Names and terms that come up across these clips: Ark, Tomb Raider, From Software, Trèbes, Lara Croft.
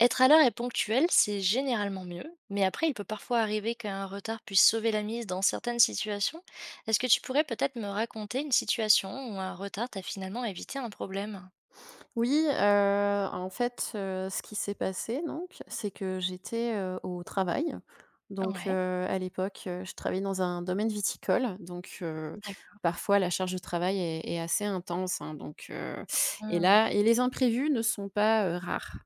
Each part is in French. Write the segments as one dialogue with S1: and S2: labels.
S1: Être à l'heure et ponctuel, c'est généralement mieux, mais après, il peut parfois arriver qu'un retard puisse sauver la mise dans certaines situations. Est-ce que tu pourrais peut-être me raconter une situation où un retard t'a finalement évité un problème?
S2: Oui, en fait, ce qui s'est passé donc, c'est que j'étais, au travail. Donc,
S1: Ouais,
S2: à l'époque, je travaillais dans un domaine viticole, donc,
S1: d'accord.
S2: parfois la charge de travail est assez intense, hein, donc, heu, et
S1: Mmh.
S2: là et les imprévus ne sont pas, rares,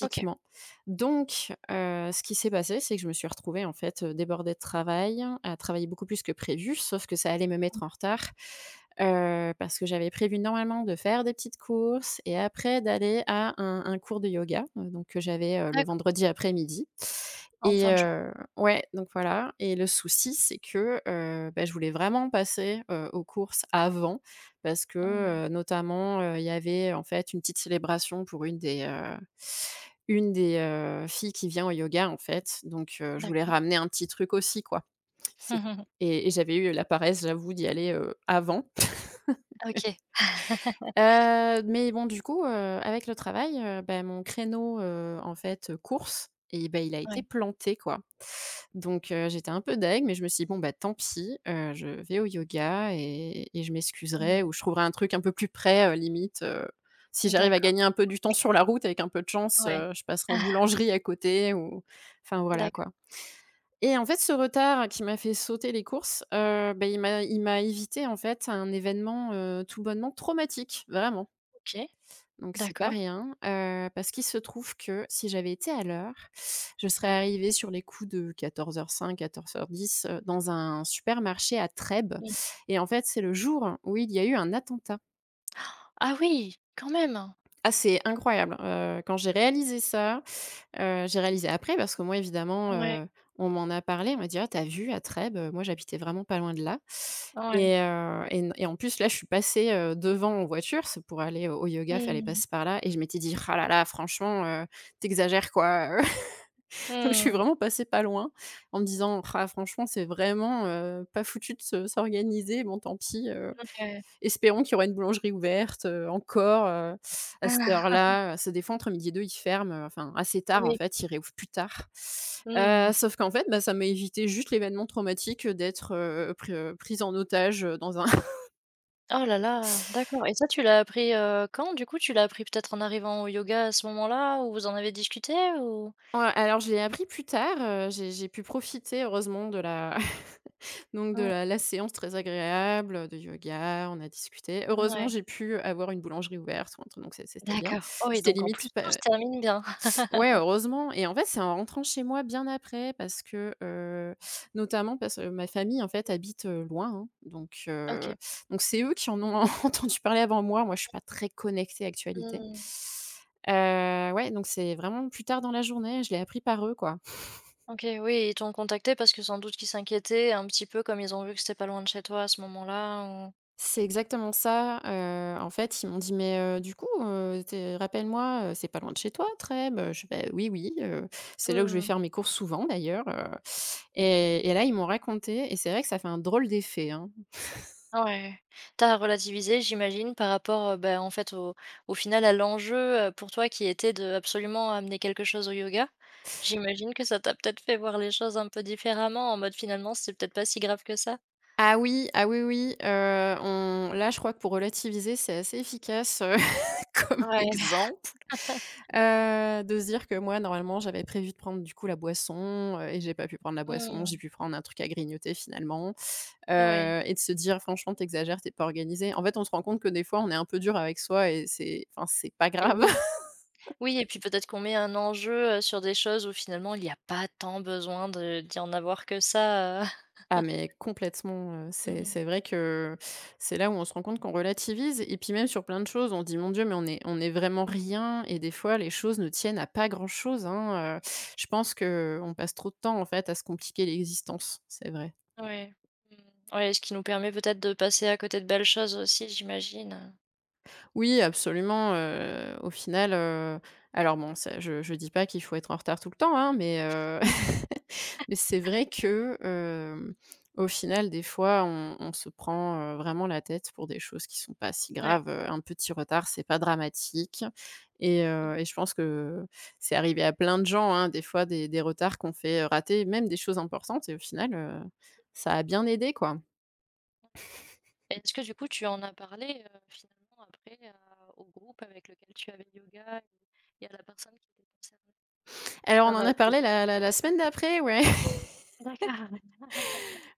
S1: OK,
S2: Donc, ce qui s'est passé, c'est que je me suis retrouvée, en fait, débordée de travail, à travailler beaucoup plus que prévu, sauf que ça allait me mettre en retard, parce que j'avais prévu normalement de faire des petites courses et après d'aller à un cours de yoga, donc que j'avais, le
S1: d'accord.
S2: vendredi après-midi,
S1: En
S2: et
S1: fin de journée.
S2: ouais, donc voilà, et le souci, c'est que, bah, je voulais vraiment passer, aux courses avant parce que,
S1: Mmh.
S2: notamment, il y avait, en fait, une petite célébration pour une des, filles qui vient au yoga, en fait, donc je voulais
S1: D'accord.
S2: ramener un petit truc aussi, quoi. C'est Et j'avais eu la paresse, j'avoue, d'y aller, avant.
S1: OK.
S2: Mais bon, du coup, avec le travail, bah, mon créneau, en fait, course, et ben il a
S1: Ouais.
S2: été planté, quoi. Donc j'étais un peu deg, mais je me suis dit: «Bon, bah, tant pis, je vais au yoga et je m'excuserai
S1: Mmh.
S2: ou je trouverai un truc un peu plus près, limite, si j'arrive à
S1: D'accord.
S2: gagner un peu du temps sur la route avec un peu de chance,
S1: Ouais.
S2: je passerai en
S1: Ah,
S2: boulangerie à côté ou» enfin voilà, quoi,
S1: d'accord.
S2: et en fait, ce retard qui m'a fait sauter les courses, bah, il m'a évité, en fait, un événement, tout bonnement traumatique, vraiment.
S1: OK.
S2: Donc c'est pas
S1: D'accord.
S2: rien, parce qu'il se trouve que si j'avais été à l'heure, je serais arrivée sur les coups de 14:05, 14:10, dans un supermarché à Trèbes,
S1: Mmh.
S2: et en fait, c'est le jour où il y a eu un attentat.
S1: Ah oui, quand même!
S2: Ah, c'est incroyable, quand j'ai réalisé ça. J'ai réalisé après parce que moi évidemment,
S1: Ouais,
S2: on m'en a parlé, on m'a dit: «Ah, t'as vu à Trèbes?» Moi j'habitais vraiment pas loin de là,
S1: ouais.
S2: et n et en plus là je suis passée, devant en voiture, c'est pour aller au yoga, fallait
S1: Hmm.
S2: passer par là, et je m'étais dit: «Ah là là, franchement, tu quoi,» Donc je suis
S1: Hmm.
S2: vraiment passée pas loin, en me disant: «Ah, franchement, c'est vraiment, pas foutu de se s'organiser, bon tant pis,»
S1: Ouais.
S2: Espérons qu'il y aura une boulangerie ouverte, encore, à cette
S1: Ah,
S2: heure-là, ça défend entre midi et deux, ils ferment, enfin assez tard en
S1: oui.
S2: fait, ils réouvrent plus tard.
S1: Hmm.
S2: Sauf qu'en fait, bah, ça m'a évité juste l'événement traumatique, d'être, pr prise en otage, dans un
S1: Oh là là, d'accord, et ça tu l'as appris, quand du coup? Tu l'as appris peut-être en arrivant au yoga à ce moment-là, ou vous en avez discuté ou?
S2: ouais, alors je l'ai appris plus tard, j'ai pu profiter heureusement de la donc de
S1: Mmh,
S2: la séance très agréable, de yoga, on a discuté. Heureusement,
S1: ouais,
S2: j'ai pu avoir une boulangerie ouverte ou un truc, donc c'était bien.
S1: d'accord. Oh oui,
S2: C'était
S1: donc en plus
S2: limite
S1: tout se
S2: pa
S1: termine bien.
S2: Ouais, heureusement, et en fait, c'est en rentrant chez moi bien après parce que, notamment parce que ma famille, en fait, habite, loin, hein,
S1: OK.
S2: donc c'est eux qui en ont entendu parler avant moi. Moi, je suis pas très connectée actualité.
S1: Mmh.
S2: Heu, ouais, donc c'est vraiment plus tard dans la journée, je l'ai appris par eux, quoi.
S1: OK, oui, ils t'ont contacté parce que sans doute qu'ils s'inquiétaient un petit peu comme ils ont vu que c'était pas loin de chez toi à ce moment-là ou?
S2: C'est exactement ça, en fait, ils m'ont dit: «Mais, du coup, tu rappelle-moi, c'est pas loin de chez toi, Trèbes?» Je fais: «Bah, oui, oui, c'est là où je vais
S1: Mmh.
S2: faire mes courses souvent d'ailleurs, et là, ils m'ont raconté, et c'est vrai que ça fait un drôle d'effet, hein.
S1: Ouais. T'as relativisé, j'imagine, par rapport, bah, en fait, au final, à l'enjeu, pour toi qui était de absolument amener quelque chose au yoga. J'imagine que ça t'a peut-être fait voir les choses un peu différemment, en mode, finalement, c'est peut-être pas si grave que ça?
S2: Ah oui, ah oui, oui, on là, je crois que pour relativiser, c'est assez efficace, comme
S1: Ouais.
S2: exemple, de se dire que moi, normalement, j'avais prévu de prendre, du coup, la boisson, heu, et j'ai pas pu prendre la boisson,
S1: Mmh.
S2: j'ai pu prendre un truc à grignoter finalement.
S1: Ouais
S2: Et de se dire: «Franchement, t'exagères, t'es pas organisé.» En fait, on se rend compte que des fois, on est un peu dur avec soi et c'est enfin, c'est pas
S1: et
S2: grave.
S1: oui. Oui, et puis peut-être qu'on met un enjeu, sur des choses où finalement il n'y a pas tant besoin de d'y en avoir que ça.
S2: Ah mais complètement, c'est
S1: Mmh.
S2: c'est vrai que c'est là où on se rend compte qu'on relativise, et puis même sur plein de choses, on dit: «Mon Dieu, mais on est vraiment rien», et des fois, les choses ne tiennent à pas grand chose, hein. Je pense que on passe trop de temps, en fait, à se compliquer l'existence, c'est vrai.
S1: Ouais. Mmh. Ouais, ce qui nous permet peut-être de passer à côté de belles choses aussi, j'imagine.
S2: Oui, absolument, au final, alors bon, ça je dis pas qu'il faut être en retard tout le temps, hein, mais mais c'est vrai que, au final, des fois, on se prend, vraiment la tête pour des choses qui sont pas si
S1: Ouais.
S2: graves, un petit retard, c'est pas dramatique,
S1: Mmh.
S2: et je pense que c'est arrivé à plein de gens, hein, des fois, des retards qu'on fait, rater, même des choses importantes, et au final, ça a bien aidé, quoi.
S1: Est-ce que du coup tu en as parlé, finalement après à au groupe avec lequel tu avais le yoga, et à la personne qui était concernée
S2: Alors on
S1: par,
S2: en a
S1: le
S2: parlé
S1: yoga?
S2: la semaine d'après, ouais.
S1: D'accord.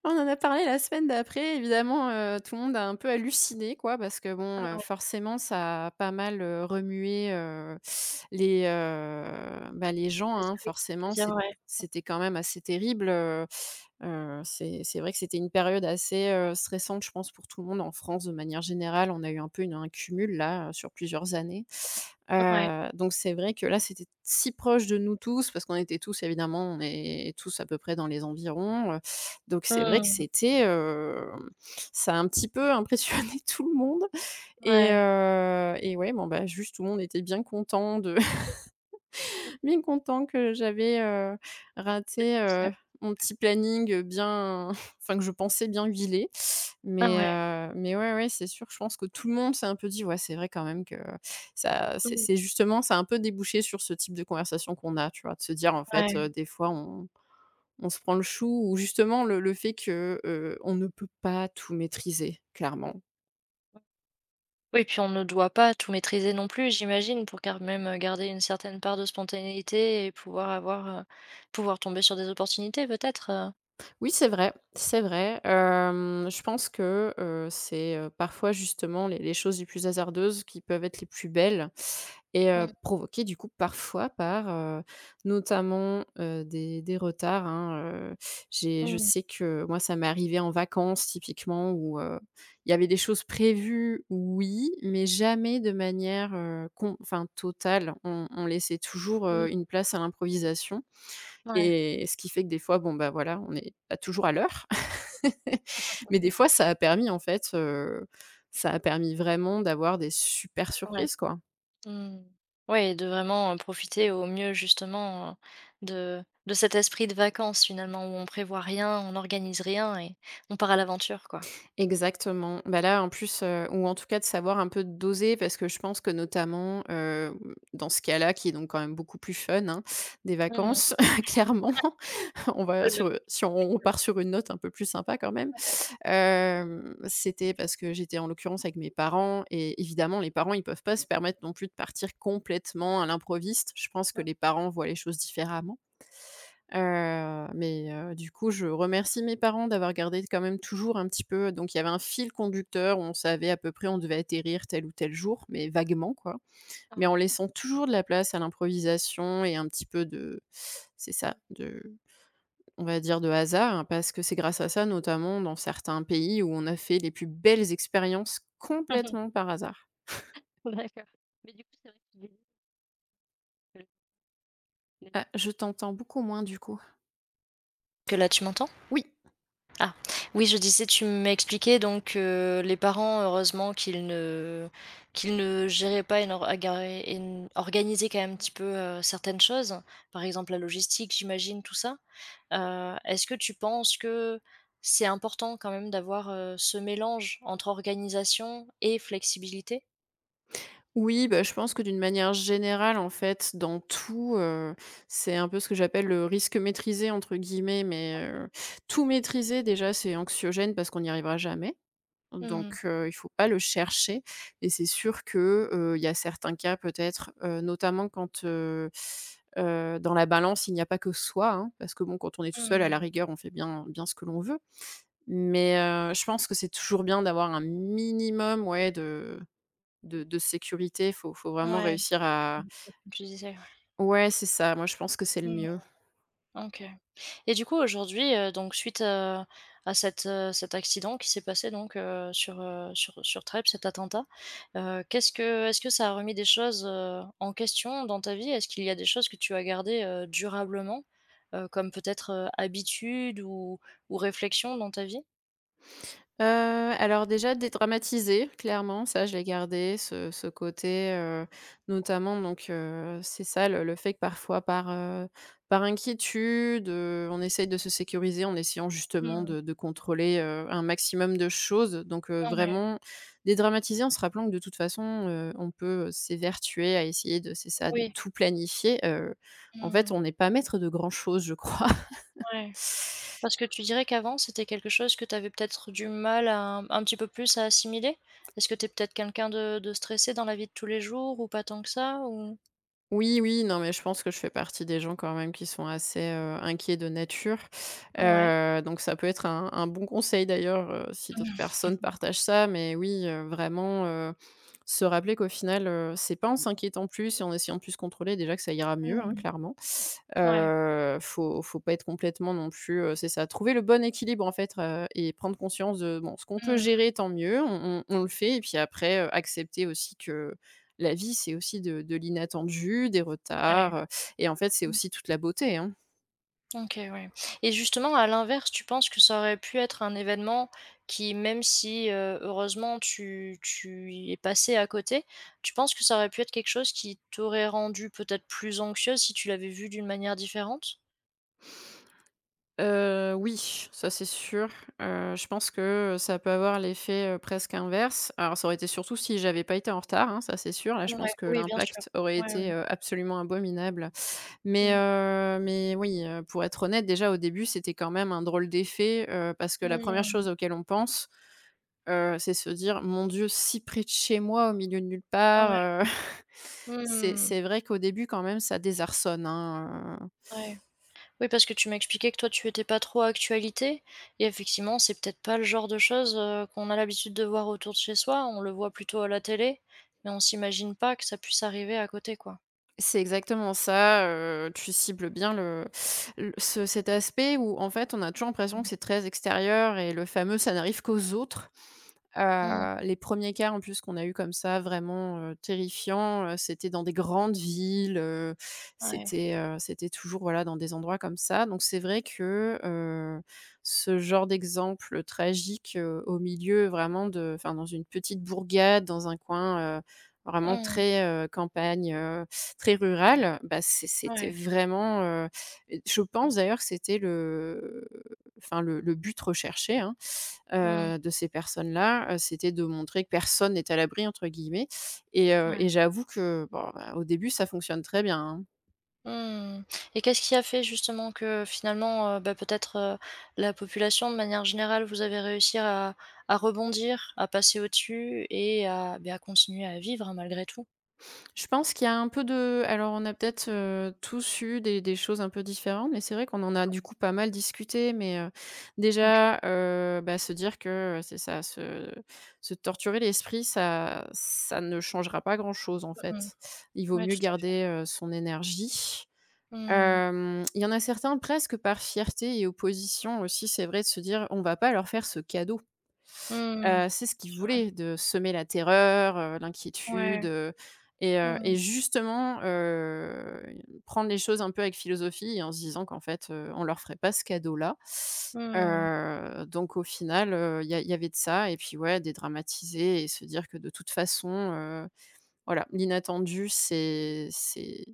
S2: On en a parlé la semaine d'après, évidemment, tout le monde a un peu halluciné quoi, parce que
S1: Ah
S2: bon,
S1: ouais,
S2: forcément ça a pas mal, remué, les, bah, les gens,
S1: ça se
S2: hein.
S1: peut si peut
S2: Forcément,
S1: dire, ouais.
S2: c'était quand même assez terrible, c'est vrai que c'était une période assez, stressante, je pense, pour tout le monde en France de manière générale. On a eu un peu une un cumul là, sur plusieurs années.
S1: Ouais.
S2: Donc c'est vrai que là, c'était si proche de nous tous parce qu'on était tous évidemment, on est tous à peu près dans les environs, heu, donc c'est vrai que
S1: Mmh.
S2: c'était, ça a un petit peu impressionné tout le monde,
S1: Ouais.
S2: et ouais, bon, bah, juste tout le monde était bien content de
S1: Mmh,
S2: bien content que j'avais, raté,
S1: ça.
S2: mon petit planning, bien enfin que je pensais bien huilé.
S1: Ah ouais.
S2: Mais ouais, ouais, c'est sûr, je pense que tout le monde s'est un peu dit: «Ouais, c'est vrai quand même que ça.»
S1: Mmh,
S2: C'est justement, ça a un peu débouché sur ce type de conversation qu'on a, tu vois? De se dire en fait,
S1: ouais.
S2: des fois on se prend le chou, ou justement le fait que, on ne peut pas tout maîtriser, clairement.
S1: Oui, puis on ne doit pas tout maîtriser non plus, j'imagine, pour quand même, garder une certaine part de spontanéité et pouvoir avoir, pouvoir tomber sur des opportunités peut-être?
S2: Oui, c'est vrai, c'est vrai. Je pense que, c'est, parfois justement les choses les plus hasardeuses qui peuvent être les plus belles et
S1: Mmh.
S2: provoquées du coup parfois par, notamment, des retards, hein, j'ai je
S1: Mmh.
S2: sais que moi ça m'est arrivé en vacances typiquement où, il y avait des choses prévues, oui, mais jamais de manière, com enfin totale. On laissait toujours,
S1: Mmh.
S2: une place à l'improvisation,
S1: Ouais.
S2: et ce qui fait que des fois, bon, bah, voilà, on n'est pas toujours à l'heure. Mais des fois, ça a permis vraiment d'avoir des super
S1: Ouais.
S2: surprises, quoi.
S1: Mmh. Ouais, et de vraiment, profiter au mieux justement, de cet esprit de vacances finalement, où on prévoit rien, on n'organise rien, et on part à l'aventure, quoi.
S2: Exactement. Bah, là, en plus, ou en tout cas de savoir un peu doser, parce que je pense que notamment, dans ce cas-là, qui est donc quand même beaucoup plus fun, hein, des
S1: Mmh.
S2: vacances, clairement, on
S1: C'est pas
S2: va
S1: le même.
S2: sur, si on part sur une note un peu plus sympa quand même. C'était parce que j'étais en l'occurrence avec mes parents, et évidemment les parents, ils peuvent pas se permettre non plus de partir complètement à l'improviste. Je pense que
S1: Mmh.
S2: les parents voient les choses différemment. Mais du coup, je remercie mes parents d'avoir gardé quand même toujours un petit peu, donc il y avait un fil conducteur où on savait à peu près on devait atterrir tel ou tel jour, mais vaguement quoi. Mais en
S1: Ouais.
S2: laissant toujours de la place à l'improvisation et un petit peu de c'est ça, de on va dire de hasard, parce que c'est grâce à ça, notamment dans certains pays, où on a fait les plus belles expériences
S1: Mmh.
S2: complètement par hasard.
S1: D'accord. Mais du coup, c'est vrai que tu disais que les.
S2: Ah, je t'entends beaucoup moins du coup.
S1: Que là tu m'entends?
S2: Oui,
S1: Ah oui, je disais, tu m'expliquais donc que les parents, heureusement qu'ils ne géraient pas et n'or aga et n organisaient quand même un petit peu, certaines choses, par exemple la logistique, j'imagine, tout ça? Est-ce que tu penses que c'est important quand même d'avoir, ce mélange entre organisation et flexibilité?
S2: oui, bah, je pense que d'une manière générale, en fait, dans tout, c'est un peu ce que j'appelle le «risque maîtrisé» entre guillemets, mais tout maîtriser déjà, c'est anxiogène parce qu'on n'y arrivera jamais.
S1: Mmh mh.
S2: Donc il faut pas le chercher et c'est sûr que, il y a certains cas peut-être, notamment quand, dans la balance, il n'y a pas que soi, hein, parce que bon, quand on est tout seul, à la
S1: Mmh.
S2: rigueur, on fait bien bien ce que l'on veut. Mais je pense que c'est toujours bien d'avoir un minimum, ouais, de de sécurité. Faut vraiment
S1: Ouais.
S2: réussir à
S1: Comme tu disais, ouais.
S2: ouais, c'est ça. Moi, je pense que c'est le
S1: Mmh.
S2: mieux.
S1: OK. Et du coup aujourd'hui, donc suite, à cet accident qui s'est passé donc, sur Trèbes, cet attentat, qu'est-ce que est-ce que ça a remis des choses, en question dans ta vie? Est-ce qu'il y a des choses que tu as gardées, durablement, comme peut-être, habitudes ou réflexions dans ta vie?
S2: Heu, alors déjà dédramatiser, clairement, ça je l'ai gardé, ce côté, notamment donc c'est ça le fait que parfois par inquiétude, on essaye de se sécuriser en essayant justement
S1: Mmh.
S2: de contrôler, un maximum de choses donc
S1: Ouais,
S2: vraiment dédramatiser en se rappelant que de toute façon, on peut s'évertuer à essayer de c'est ça, de
S1: oui.
S2: tout planifier, en fait,
S1: Mmh.
S2: on n'est pas maître de grand chose, je crois.
S1: Ouais. Parce que tu dirais qu'avant, c'était quelque chose que tu avais peut-être du mal à un petit peu plus à assimiler? Est-ce que tu es peut-être quelqu'un de stressé dans la vie de tous les jours, ou pas tant que ça ou?
S2: Oui, oui, non, mais je pense que je fais partie des gens quand même qui sont assez, inquiets de nature,
S1: Ouais.
S2: donc ça peut être un bon conseil d'ailleurs, si d'autres
S1: Mmh.
S2: personnes partagent ça, mais oui, vraiment, se rappeler qu'au final, c'est pas en s'inquiétant plus et en essayant de plus se contrôler déjà que ça ira mieux, hein,
S1: Mmh.
S2: clairement.
S1: Ouais.
S2: Faut pas être complètement non plus, c'est ça, trouver le bon équilibre en fait, et prendre conscience de bon, ce qu'on peut
S1: Mmh.
S2: gérer, tant mieux, on le fait et puis après, accepter aussi que la vie, c'est aussi de l'inattendu, des
S1: Ouais.
S2: retards, et en fait, c'est
S1: Mmh.
S2: aussi toute la beauté, hein.
S1: OK, ouais. Et justement, à l'inverse, tu penses que ça aurait pu être un événement qui, même si, heureusement tu y es passé à côté, tu penses que ça aurait pu être quelque chose qui t'aurait rendu peut-être plus anxieuse si tu l'avais vu d'une manière différente?
S2: Oui, ça c'est sûr, je pense que, ça peut avoir l'effet, presque inverse. Alors ça aurait été surtout si j'avais pas été en retard, hein, ça c'est sûr. Là, je
S1: Ouais,
S2: pense que
S1: oui, bien sûr.
S2: l'impact aurait
S1: Ouais, ouais.
S2: été, absolument abominable.
S1: Mmh.
S2: Mais oui, pour être honnête, déjà, au début, c'était quand même un drôle d'effet, parce que la première
S1: Mmh.
S2: chose auquel on pense, c'est se dire: «Mon Dieu, si près de chez moi, au milieu de nulle
S1: Ah, ouais.
S2: part», c'est
S1: Mmh.
S2: c'est vrai qu'au début, quand même, ça désarçonne, hein,
S1: Ouais. Oui, parce que tu m'expliquais que toi, tu étais pas trop actualité, et effectivement, c'est peut-être pas le genre de choses, qu'on a l'habitude de voir autour de chez soi. On le voit plutôt à la télé, mais on s'imagine pas que ça puisse arriver à côté, quoi.
S2: C'est exactement ça, tu cibles bien le ce cet aspect où, en fait, on a toujours l'impression
S1: Mmh.
S2: que c'est très extérieur et le fameux «ça n'arrive qu'aux autres».
S1: Mmh.
S2: Les premiers cas en plus qu'on a eu comme ça vraiment, terrifiants, c'était dans des grandes villes,
S1: Ouais.
S2: c'était, c'était toujours voilà dans des endroits comme ça. Donc c'est vrai que, ce genre d'exemple tragique, au milieu vraiment de enfin dans une petite bourgade, dans un coin, vraiment
S1: Mmh.
S2: très, campagne, très rurale. Bah c'était
S1: Ouais.
S2: vraiment, je pense d'ailleurs que c'était le enfin le but recherché, hein
S1: Mmh.
S2: de ces personnes-là, c'était de montrer que «personne n'est à l'abri» entre guillemets
S1: Ouais.
S2: et j'avoue que, bon, bah, au début, ça fonctionne très bien, hein.
S1: Mmh, et qu'est-ce qui a fait justement que finalement, bah, peut-être, la population de manière générale, vous avez réussi à rebondir, à passer au-dessus, et à, beh, à continuer à vivre, hein, malgré tout?
S2: Je pense qu'il y a un peu de alors on a peut-être, tous eu des choses un peu différentes, mais c'est vrai qu'on en a du coup pas mal discuté, mais
S1: OK.
S2: déjà, bah, se dire que, c'est ça, se se torturer l'esprit, ça ça ne changera pas grand-chose en
S1: Mmh mh.
S2: fait. Il vaut
S1: Ouais, tout
S2: mieux
S1: à fait.
S2: garder, son énergie
S1: Mmh.
S2: Hem, il y en a certains presque par fierté et opposition aussi, c'est vrai, de se dire: «On va pas leur faire ce cadeau».
S1: Mmh.
S2: C'est ce qu'ils voulaient, de semer la terreur, l'inquiétude,
S1: Ouais. Mmh.
S2: et justement, prendre les choses un peu avec philosophie et en se disant qu'en fait, on leur ferait pas ce cadeau-là.
S1: Mmh.
S2: Donc au final, il y a il y avait de ça et puis ouais, dédramatiser et se dire que de toute façon, voilà, l'inattendu, c'est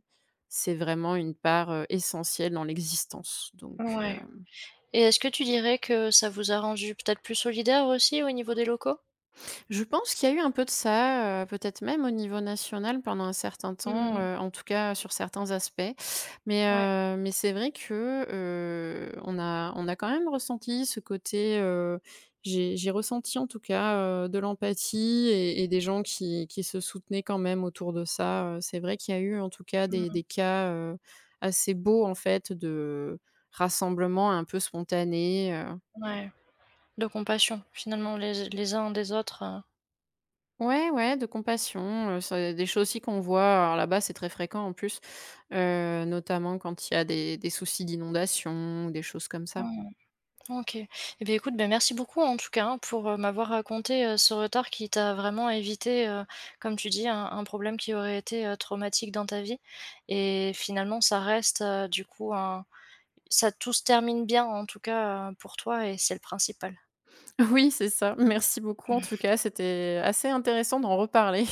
S2: c'est vraiment une part, essentielle dans l'existence, donc heu.
S1: Ouais, et est-ce que tu dirais que ça vous a rendu peut-être plus solidaire aussi au niveau des locaux?
S2: Je pense qu'il y a eu un peu de ça, peut-être même au niveau national pendant un certain temps,
S1: Mmh.
S2: en tout cas sur certains aspects.
S1: Ouais.
S2: Mais c'est vrai que, on a quand même ressenti ce côté, j'ai ressenti en tout cas, de l'empathie et des gens qui se soutenaient quand même autour de ça. C'est vrai qu'il y a eu en tout cas des
S1: Mmh.
S2: des cas, assez beaux en fait de rassemblement un peu spontané.
S1: Ouais. De compassion finalement les uns des autres.
S2: Ouais, ouais, de compassion, c'est des choses aussi qu'on voit, alors là-bas, c'est très fréquent en plus, notamment quand il y a des soucis d'inondation, ou des choses comme ça.
S1: Mmh. OK. Eh bien, écoute, ben, merci beaucoup en tout cas, hein, pour, m'avoir raconté, ce retard qui t'a vraiment évité, comme tu dis, un problème qui aurait été, traumatique dans ta vie, et finalement ça reste, du coup un ça, tout se termine bien en tout cas, pour toi, et c'est le principal.
S2: Oui, c'est ça. Merci beaucoup en tout cas, c'était assez intéressant d'en reparler.